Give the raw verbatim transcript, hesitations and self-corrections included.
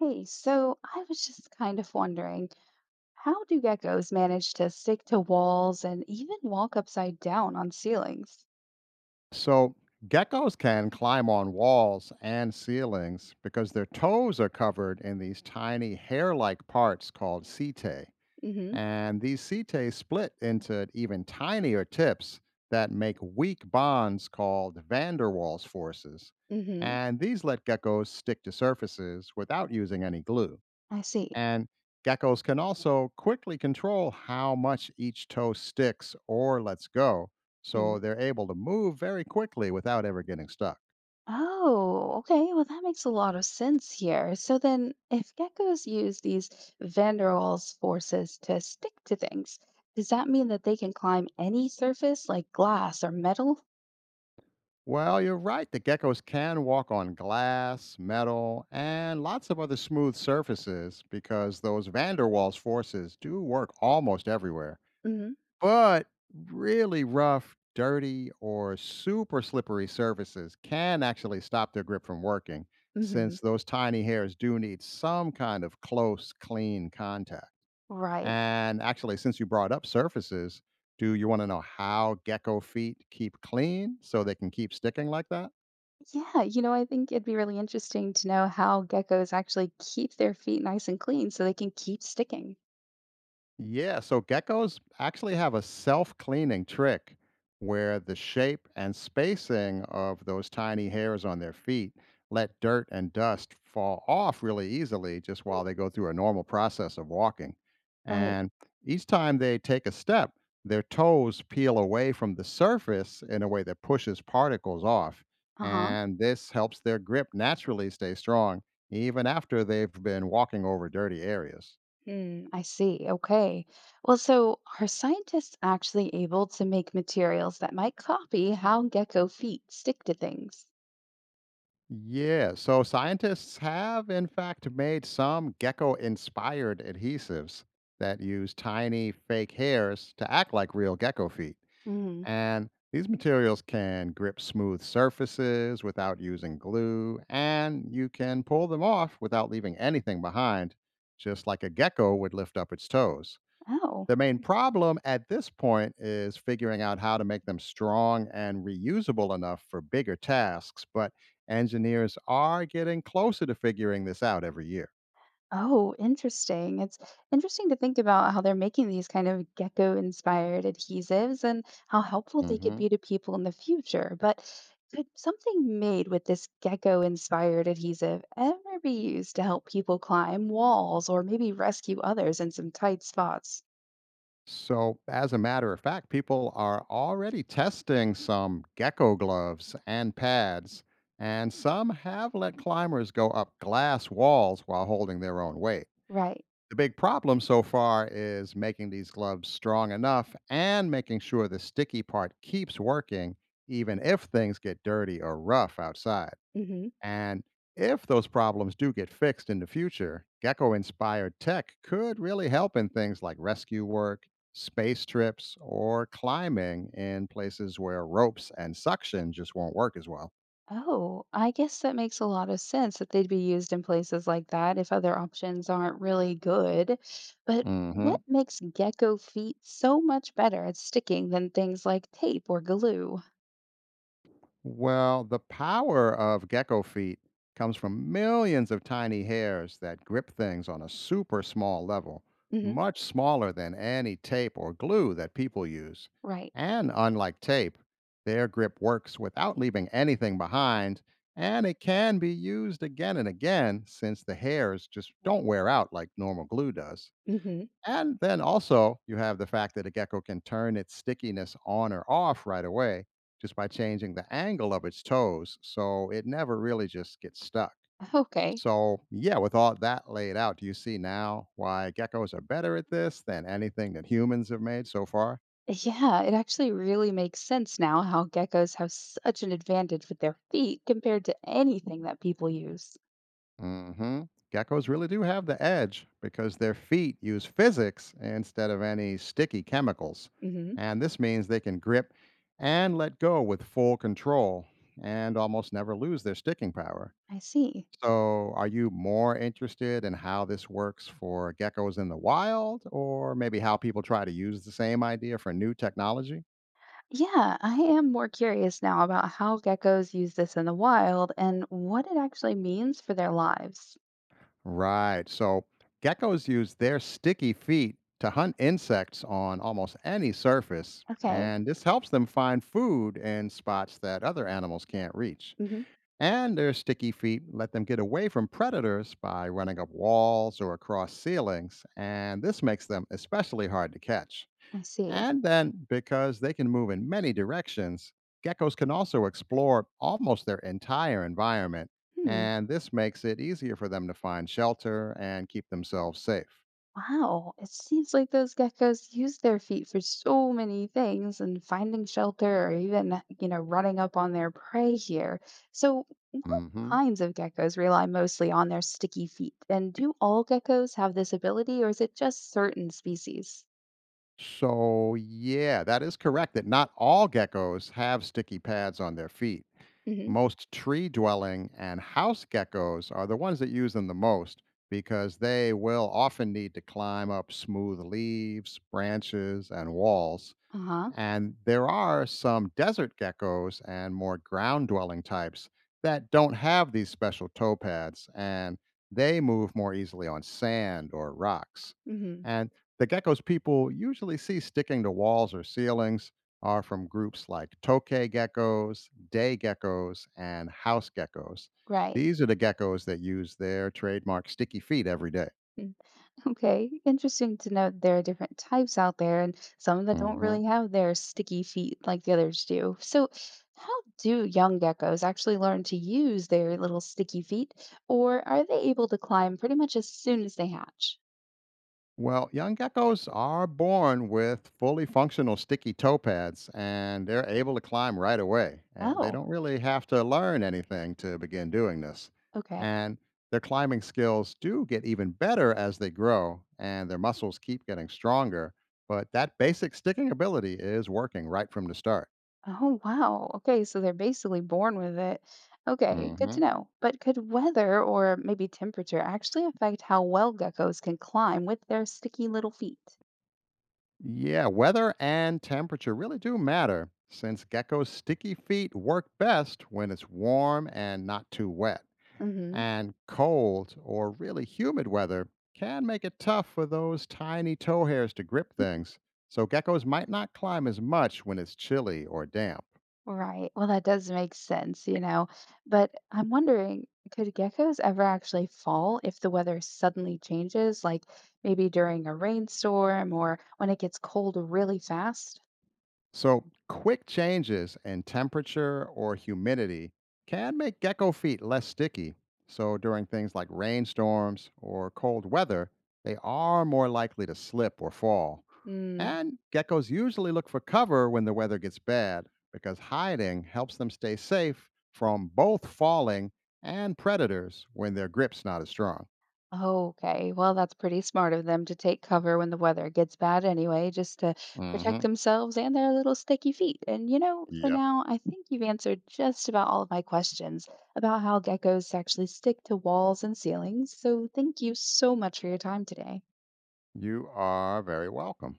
Hey, so I was just kind of wondering, how do geckos manage to stick to walls and even walk upside down on ceilings? So, geckos can climb on walls and ceilings because their toes are covered in these tiny hair like parts called setae. Mm-hmm. And these setae split into even tinier tips that make weak bonds called van der Waals forces. Mm-hmm. And these let geckos stick to surfaces without using any glue. I see. And geckos can also quickly control how much each toe sticks or lets go, so Hmm. they're able to move very quickly without ever getting stuck. Oh, okay. Well, that makes a lot of sense here. So then, if geckos use these van der Waals forces to stick to things, does that mean that they can climb any surface like glass or metal? Well, you're right. The geckos can walk on glass, metal, and lots of other smooth surfaces because those van der Waals forces do work almost everywhere. Hmm. But really rough, dirty, or super slippery surfaces can actually stop their grip from working, Hmm. since those tiny hairs do need some kind of close, clean contact. Right. And actually, since you brought up surfaces, do you want to know how gecko feet keep clean so they can keep sticking like that? Yeah, you know, I think it'd be really interesting to know how geckos actually keep their feet nice and clean so they can keep sticking. Yeah, so geckos actually have a self cleaning trick where the shape and spacing of those tiny hairs on their feet let dirt and dust fall off really easily just while they go through a normal process of walking. Right. And each time they take a step, their toes peel away from the surface in a way that pushes particles off. Uh-huh. And this helps their grip naturally stay strong even after they've been walking over dirty areas. Hmm, I see. Okay. Well, so are scientists actually able to make materials that might copy how gecko feet stick to things? Yeah, so scientists have, in fact, made some gecko inspired adhesives that use tiny fake hairs to act like real gecko feet. Hmm. And these materials can grip smooth surfaces without using glue, and you can pull them off without leaving anything behind, just like a gecko would lift up its toes. Oh. The main problem at this point is figuring out how to make them strong and reusable enough for bigger tasks, but engineers are getting closer to figuring this out every year. Oh, interesting. It's interesting to think about how they're making these kind of gecko-inspired adhesives and how helpful they could hmm be to people in the future. But could something made with this gecko-inspired adhesive ever be used to help people climb walls or maybe rescue others in some tight spots? So, as a matter of fact, people are already testing some gecko gloves and pads, and some have let climbers go up glass walls while holding their own weight. Right. The big problem so far is making these gloves strong enough and making sure the sticky part keeps working, even if things get dirty or rough outside. Hmm. And if those problems do get fixed in the future, gecko inspired tech could really help in things like rescue work, space trips, or climbing in places where ropes and suction just won't work as well. Oh, I guess that makes a lot of sense that they'd be used in places like that if other options aren't really good. But hmm what makes gecko feet so much better at sticking than things like tape or glue? Well, the power of gecko feet comes from millions of tiny hairs that grip things on a super small level, Hmm. much smaller than any tape or glue that people use. Right. And unlike tape, their grip works without leaving anything behind, and it can be used again and again since the hairs just don't wear out like normal glue does. Hmm. And then also, you have the fact that a gecko can turn its stickiness on or off right away just by changing the angle of its toes. So it never really just gets stuck. Okay. So, yeah, with all that laid out, do you see now why geckos are better at this than anything that humans have made so far? Yeah, it actually really makes sense now how geckos have such an advantage with their feet compared to anything that people use. hmm Geckos really do have the edge because their feet use physics instead of any sticky chemicals. Hmm. And this means they can grip and let go with full control and almost never lose their sticking power. I see. So, are you more interested in how this works for geckos in the wild, or maybe how people try to use the same idea for new technology? Yeah, I am more curious now about how geckos use this in the wild and what it actually means for their lives. Right. So geckos use their sticky feet to hunt insects on almost any surface, Okay. and this helps them find food in spots that other animals can't reach. Hmm. And their sticky feet let them get away from predators by running up walls or across ceilings, and this makes them especially hard to catch. I see. And then, because they can move in many directions, geckos can also explore almost their entire environment, Hmm. and this makes it easier for them to find shelter and keep themselves safe. Wow. It seems like those geckos use their feet for so many things and finding shelter or even, you know, running up on their prey here. So, what hmm kinds of geckos rely mostly on their sticky feet? And do all geckos have this ability or is it just certain species? So, yeah, that is correct that not all geckos have sticky pads on their feet. Hmm. Most tree dwelling and house geckos are the ones that use them the most because they will often need to climb up smooth leaves, branches, and walls. Uh huh. And there are some desert geckos and more ground dwelling types that don't have these special toe pads and they move more easily on sand or rocks. Hmm. And the geckos people usually see sticking to walls or ceilings are from groups like tokay geckos, day geckos, and house geckos. Right. These are the geckos that use their trademark sticky feet every day. Okay, interesting to know that there are different types out there and some that don't Mhm. really have their sticky feet like the others do. So, how do young geckos actually learn to use their little sticky feet, or are they able to climb pretty much as soon as they hatch? Well, young geckos are born with fully functional sticky toe pads and they're able to climb right away. Uh, They Oh, don't really have to learn anything to begin doing this. okay. And their climbing skills do get even better as they grow and their muscles keep getting stronger. But that basic sticking ability is working right from the start. Oh, wow. Okay, so they're basically born with it. Okay, good hmm to know. But could weather or maybe temperature actually affect how well geckos can climb with their sticky little feet? Yeah, weather and temperature really do matter since geckos' sticky feet work best when it's warm and not too wet. Mm-hmm. And cold or really humid weather can make it tough for those tiny toe hairs to grip things, so geckos might not climb as much when it's chilly or damp. Right. Well, that does make sense, you know. But I'm wondering, could geckos ever actually fall if the weather suddenly changes, like maybe during a rainstorm or when it gets cold really fast? So, quick changes in temperature or humidity can make gecko feet less sticky. So, during things like rainstorms or cold weather, they are more likely to slip or fall. And geckos usually look for cover when the weather gets bad because hiding helps them stay safe from both falling and predators when their grip's not as strong. Oh, okay, well, that's pretty smart of them to take cover when the weather gets bad anyway, just to protect Hmm. themselves and their little sticky feet. And you know, for Yep. now, I think you've answered just about all of my questions about how geckos actually stick to walls and ceilings. So thank you so much for your time today. You are very welcome.